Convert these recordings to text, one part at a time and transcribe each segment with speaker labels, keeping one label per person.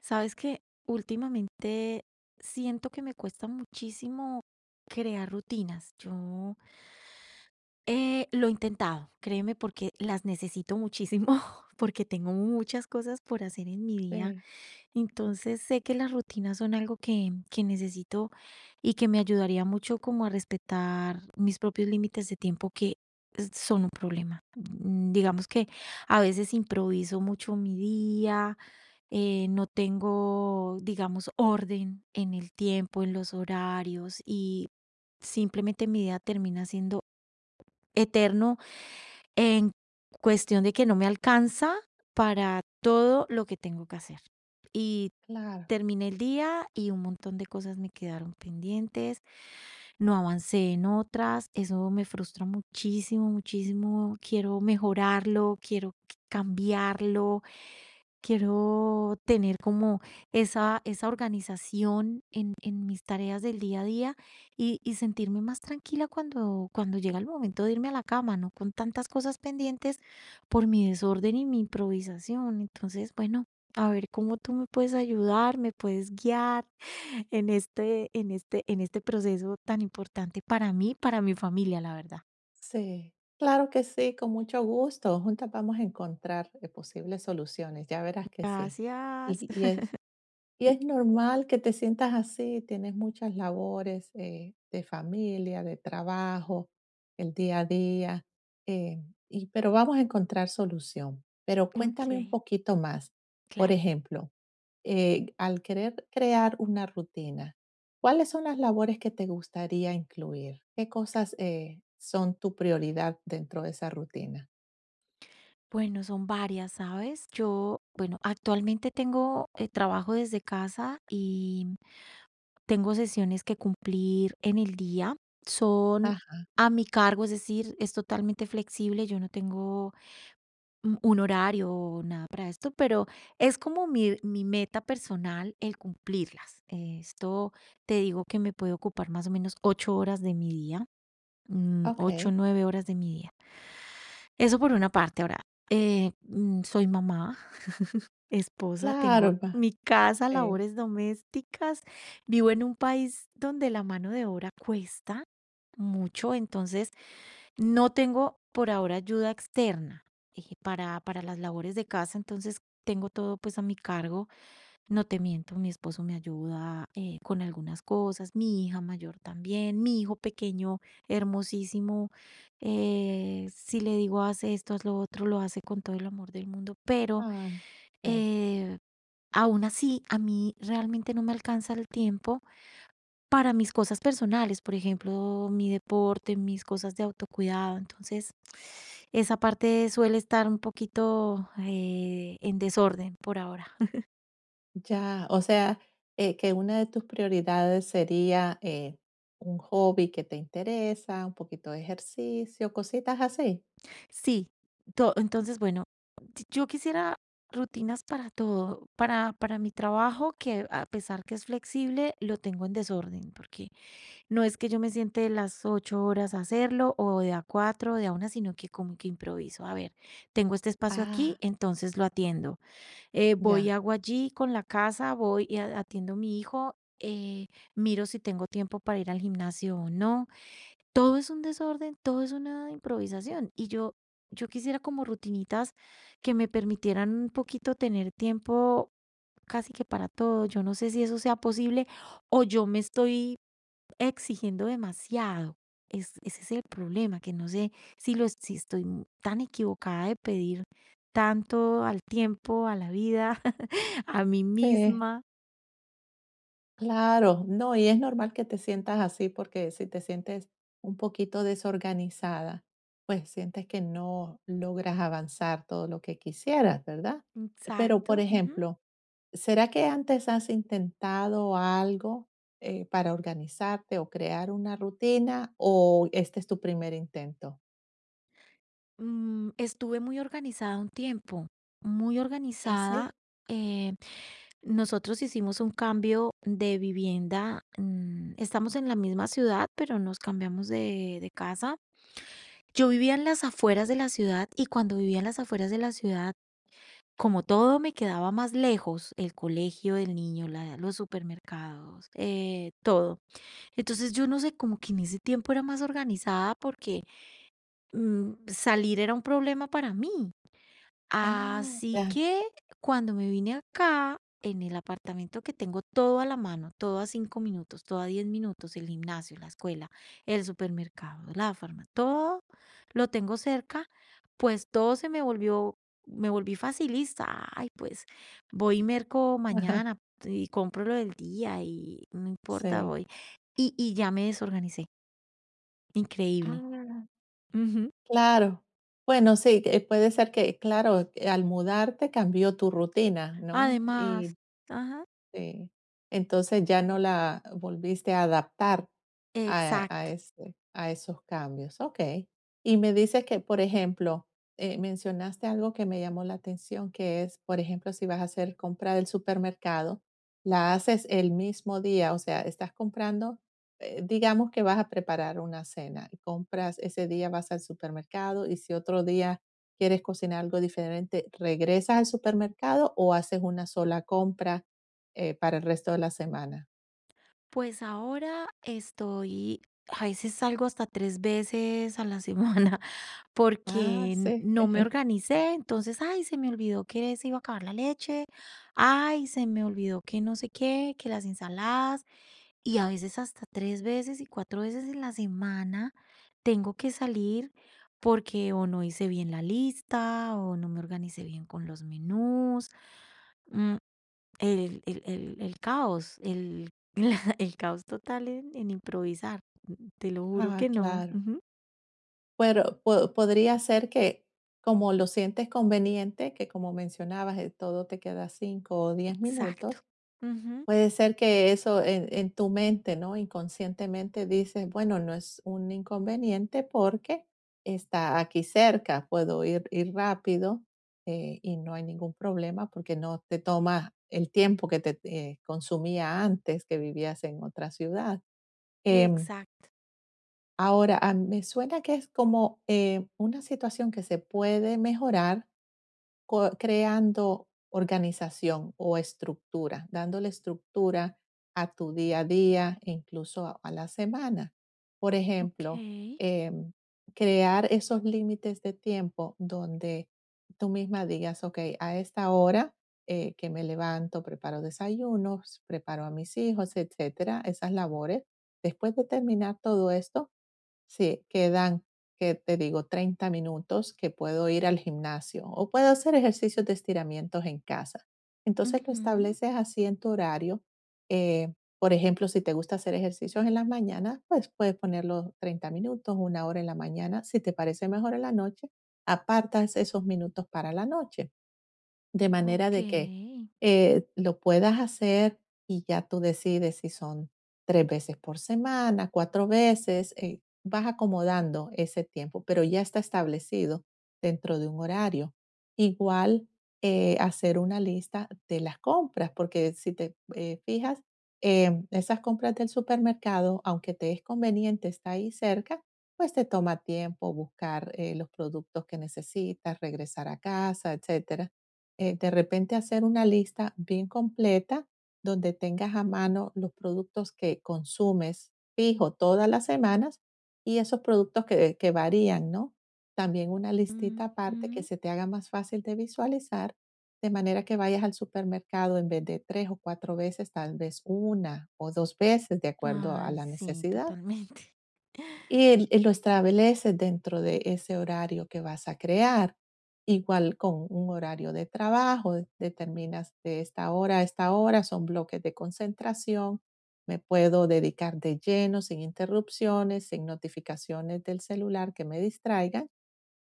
Speaker 1: Sabes que últimamente siento que me cuesta muchísimo crear rutinas. Yo lo he intentado, créeme, porque las necesito muchísimo, porque tengo muchas cosas por hacer en mi día.
Speaker 2: Sí,
Speaker 1: Entonces sé que las rutinas son algo que necesito y que me ayudaría mucho como a respetar mis propios límites de tiempo que son un problema. Digamos que a veces improviso mucho mi día, no tengo, digamos, orden en el tiempo, en los horarios y simplemente mi día termina siendo eterno en cuestión de que no me alcanza para todo lo que tengo que hacer. Y
Speaker 2: claro,
Speaker 1: terminé el día y un montón de cosas me quedaron pendientes, no avancé en otras, eso me frustra muchísimo, muchísimo. Quiero mejorarlo, quiero cambiarlo, quiero tener como esa organización en mis tareas del día a día y sentirme más tranquila cuando, cuando llega el momento de irme a la cama, no con tantas cosas pendientes por mi desorden y mi improvisación. Entonces, bueno, a ver cómo tú me puedes ayudar, me puedes guiar en este proceso tan importante para mí, para mi familia, la verdad.
Speaker 2: sí. Claro que sí, con mucho gusto. Juntas vamos a encontrar posibles soluciones, ya verás que sí.
Speaker 1: Gracias.
Speaker 2: Y, y es, y es normal que te sientas así, tienes muchas labores de familia, de trabajo, el día a día, eh, pero vamos a encontrar solución. Pero
Speaker 1: Ok,
Speaker 2: cuéntame un poquito más. Por
Speaker 1: claro.
Speaker 2: ejemplo, al querer crear una rutina, ¿cuáles son las labores que te gustaría incluir? ¿Qué cosas son tu prioridad dentro de esa rutina?
Speaker 1: Bueno, son varias, ¿sabes? Yo, bueno, actualmente tengo trabajo desde casa y tengo sesiones que cumplir en el día. Son
Speaker 2: Ah,
Speaker 1: a mi cargo, es decir, es totalmente flexible. Yo no tengo un horario o nada para esto, pero es como mi meta personal el cumplirlas. Esto te digo que me puede ocupar más o menos 8 horas de mi día, ocho,
Speaker 2: okey.
Speaker 1: nueve horas de mi día. Eso por una parte. Ahora, soy mamá. Esposa, tengo
Speaker 2: Claro, va
Speaker 1: mi casa,
Speaker 2: sí.
Speaker 1: labores domésticas, vivo en un país donde la mano de obra cuesta mucho. Entonces no tengo por ahora ayuda externa para las labores de casa, entonces tengo todo pues a mi cargo. No te miento, mi esposo me ayuda con algunas cosas, mi hija mayor también, mi hijo pequeño, hermosísimo. Si le digo haz esto, haz lo otro, lo hace con todo el amor del mundo, pero
Speaker 2: Ah, sí.
Speaker 1: eh, aún así a mí realmente no me alcanza el tiempo para mis cosas personales, por ejemplo, mi deporte, mis cosas de autocuidado. Entonces, esa parte suele estar un poquito en desorden por ahora.
Speaker 2: Ya, o sea, que una de tus prioridades sería, un hobby que te interesa, un poquito de ejercicio, cositas así.
Speaker 1: Sí, to entonces, bueno, t yo quisiera rutinas para todo, para mi trabajo, que a pesar que es flexible, lo tengo en desorden, porque no es que yo me siente de las 8 horas a hacerlo o de a 4 o de a una, sino que como que improviso. A ver, tengo este espacio aquí,
Speaker 2: Ah,
Speaker 1: entonces lo atiendo. Voy
Speaker 2: ya.
Speaker 1: hago allí con la casa, voy y a atiendo a mi hijo, miro si tengo tiempo para ir al gimnasio o no, todo es un desorden, todo es una improvisación. Yo quisiera como rutinitas que me permitieran un poquito tener tiempo casi que para todo. Yo no sé si eso sea posible o yo me estoy exigiendo demasiado. Ese es el problema, que no sé si tan equivocada de pedir tanto al tiempo, a la vida, a mí
Speaker 2: Sí.
Speaker 1: misma.
Speaker 2: Claro, no, y es normal que te sientas así porque si te sientes un poquito desorganizada, pues sientes que no logras avanzar todo lo que quisieras, ¿verdad? Pero, por
Speaker 1: Exacto.
Speaker 2: ejemplo, ¿será que antes has intentado algo para organizarte o crear una rutina o este es tu primer intento?
Speaker 1: Estuve muy organizada un tiempo, muy
Speaker 2: Ah,
Speaker 1: organizada.
Speaker 2: sí.
Speaker 1: eh, nosotros hicimos un cambio de vivienda. Estamos en la misma ciudad, pero nos cambiamos de casa. Yo vivía en las afueras de la ciudad y cuando vivía en las afueras de la ciudad, como todo me quedaba más lejos, el colegio del niño, los supermercados, todo. Entonces yo no sé, como que en ese tiempo era más organizada porque salir era un problema para mí.
Speaker 2: Ah,
Speaker 1: Así
Speaker 2: ya,
Speaker 1: que cuando me vine acá, en el apartamento que tengo todo a la mano, todo a 5 minutos, todo a 10 minutos, el gimnasio, la escuela, el supermercado, la farmacia, todo lo tengo cerca, pues todo se me volvió, me volví facilista. Ay, pues voy y merco mañana y compro lo del día y no importa,
Speaker 2: sí.
Speaker 1: voy. Y ya me desorganicé. Increíble.
Speaker 2: Ah.
Speaker 1: Ujú.
Speaker 2: Claro. Bueno, sí, puede ser que, claro, que al mudarte cambió tu rutina, ¿no? Y
Speaker 1: Además, ajá,
Speaker 2: sí. Entonces ya no la volviste a adaptar a a
Speaker 1: exacto.
Speaker 2: ese a esos cambios, okey. Y me dices que, por ejemplo, mencionaste algo que me llamó la atención, que es, por ejemplo, si vas a hacer compra del supermercado, la haces el mismo día, o sea, estás comprando, digamos que vas a preparar una cena y compras ese día vas al supermercado, y si otro día quieres cocinar algo diferente, ¿regresas al supermercado o haces una sola compra? Para el resto de la semana.
Speaker 1: Pues ahora estoy, a veces salgo hasta 3 veces a la semana
Speaker 2: Ah,
Speaker 1: porque
Speaker 2: sí.
Speaker 1: no me organicé, entonces, ay, se me olvidó que se iba a acabar la leche, ay, se me olvidó que no sé qué, que las ensaladas, y a veces hasta 3 veces y 4 veces en la semana tengo que salir porque o no hice bien la lista o no me organicé bien con los menús. mm, el caos, el el caos total en improvisar, te lo juro
Speaker 2: Ah,
Speaker 1: que no.
Speaker 2: claro.
Speaker 1: Ujú.
Speaker 2: Pero po podría ser que, como lo sientes conveniente, que como mencionabas, todo te queda cinco o diez
Speaker 1: Exacto.
Speaker 2: minutos,
Speaker 1: Ujú.
Speaker 2: puede ser que eso en tu mente, ¿no? Inconscientemente dices: "Bueno, no es un inconveniente porque está aquí cerca, puedo ir rápido, y no hay ningún problema", porque no te toma el tiempo que te, consumía antes, que vivías en otra ciudad. Em,
Speaker 1: Exacto.
Speaker 2: Ahora, ah, me suena que es como, una situación que se puede mejorar co creando organización o estructura, dándole estructura a tu día a día, e incluso a la semana. Por ejemplo,
Speaker 1: Okey.
Speaker 2: em, crear esos límites de tiempo donde tú misma digas: "Okey, a esta hora, que me levanto, preparo desayunos, preparo a mis hijos", etcétera, esas labores. Después de terminar todo esto sí, quedan, que te digo, 30 minutos que puedo ir al gimnasio o puedo hacer ejercicios de estiramientos en casa. Entonces lo
Speaker 1: Ujú.
Speaker 2: estableces así en tu horario. eh, por ejemplo, si te gusta hacer ejercicios en las mañanas, pues puedes ponerlo 30 minutos, una hora en la mañana. Si te parece mejor en la noche, apartas esos minutos para la noche. De manera de que,
Speaker 1: Okey.
Speaker 2: lo puedas hacer y ya tú decides si son 3 veces por semana, 4 veces, vas acomodando ese tiempo, pero ya está establecido dentro de un horario. Igual, hacer una lista de las compras, porque si te, fijas, esas compras del supermercado, aunque te es conveniente, está ahí cerca, pues te toma tiempo buscar, los productos que necesitas, regresar a casa, etcétera, de repente hacer una lista bien completa donde tengas a mano los productos que consumes fijo todas las semanas y esos productos que varían, ¿no? También una listita aparte que
Speaker 1: Ujú.
Speaker 2: se te haga más fácil de visualizar, de manera que vayas al supermercado en vez de tres o cuatro veces, tal vez una o dos veces, de acuerdo a
Speaker 1: Ay,
Speaker 2: la
Speaker 1: sí,
Speaker 2: necesidad.
Speaker 1: totalmente.
Speaker 2: Y el y lo estableces dentro de ese horario que vas a crear. Igual con un horario de trabajo, determinas de esta hora a esta hora, son bloques de concentración, me puedo dedicar de lleno, sin interrupciones, sin notificaciones del celular que me distraigan,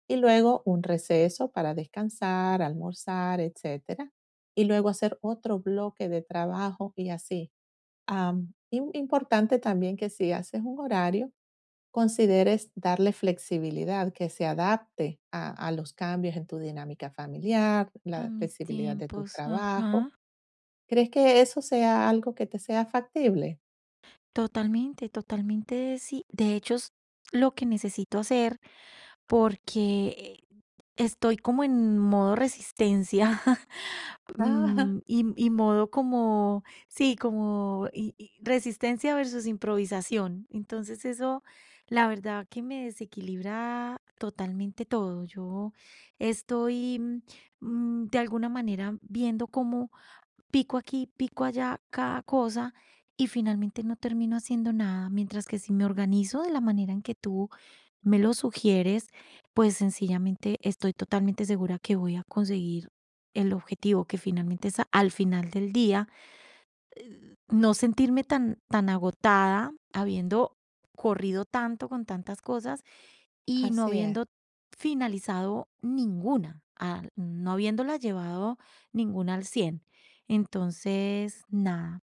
Speaker 2: y luego un receso para descansar, almorzar, etcétera, y luego hacer otro bloque de trabajo y así. Am, im Importante también que si haces un horario consideres darle flexibilidad, que se adapte a los cambios en tu dinámica familiar,
Speaker 1: A
Speaker 2: la
Speaker 1: mis
Speaker 2: flexibilidad de tu
Speaker 1: tiempos.
Speaker 2: trabajo.
Speaker 1: Ajá.
Speaker 2: ¿Crees que eso sea algo que te sea factible?
Speaker 1: Totalmente, totalmente, sí. De hecho, es lo que necesito hacer porque estoy como en modo resistencia,
Speaker 2: Ah,
Speaker 1: y modo como, sí, como y resistencia versus improvisación. Entonces eso, la verdad que me desequilibra totalmente todo. Yo estoy de alguna manera viendo cómo pico aquí, pico allá, cada cosa, y finalmente no termino haciendo nada, mientras que si me organizo de la manera en que tú me lo sugieres, pues sencillamente estoy totalmente segura que voy a conseguir el objetivo, que finalmente es al final del día, no sentirme tan agotada habiendo corrido tanto con tantas cosas y no
Speaker 2: así es.
Speaker 1: habiendo finalizado ninguna, no habiéndola llevado ninguna al cien. Entonces, nada,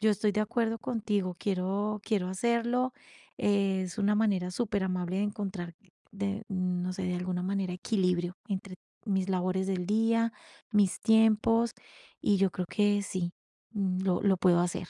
Speaker 1: yo estoy de acuerdo contigo, quiero hacerlo. Es una manera súper amable de encontrar, de, no sé, de alguna manera equilibrio entre mis labores del día, mis tiempos, y yo creo que sí, lo puedo hacer.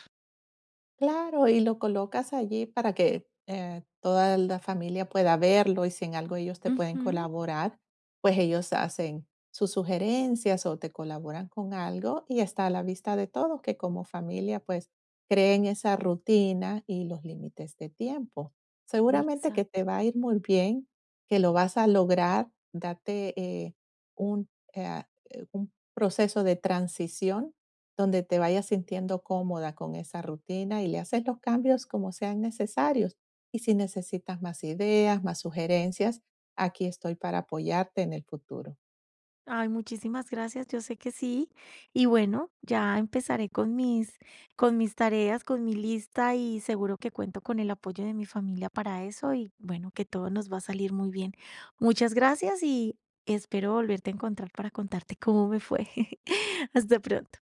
Speaker 2: Claro, y lo colocas allí para que, toda la familia pueda verlo, y si en algo ellos te pueden
Speaker 1: Ujú,
Speaker 2: colaborar, pues ellos hacen sus sugerencias o te colaboran con algo, y está a la vista de todos que como familia, pues, creen esa rutina y los límites de tiempo. Seguramente que
Speaker 1: exacto.
Speaker 2: te va a ir muy bien, que lo vas a lograr, date, un proceso de transición donde te vayas sintiendo cómoda con esa rutina y le haces los cambios como sean necesarios. Y si necesitas más ideas, más sugerencias, aquí estoy para apoyarte en el futuro.
Speaker 1: Ay, muchísimas gracias, yo sé que sí. Y bueno, ya empezaré con con mis tareas, con mi lista y seguro que cuento con el apoyo de mi familia para eso y bueno, que todo nos va a salir muy bien. Muchas gracias y espero volverte a encontrar para contarte cómo me fue. Hasta pronto.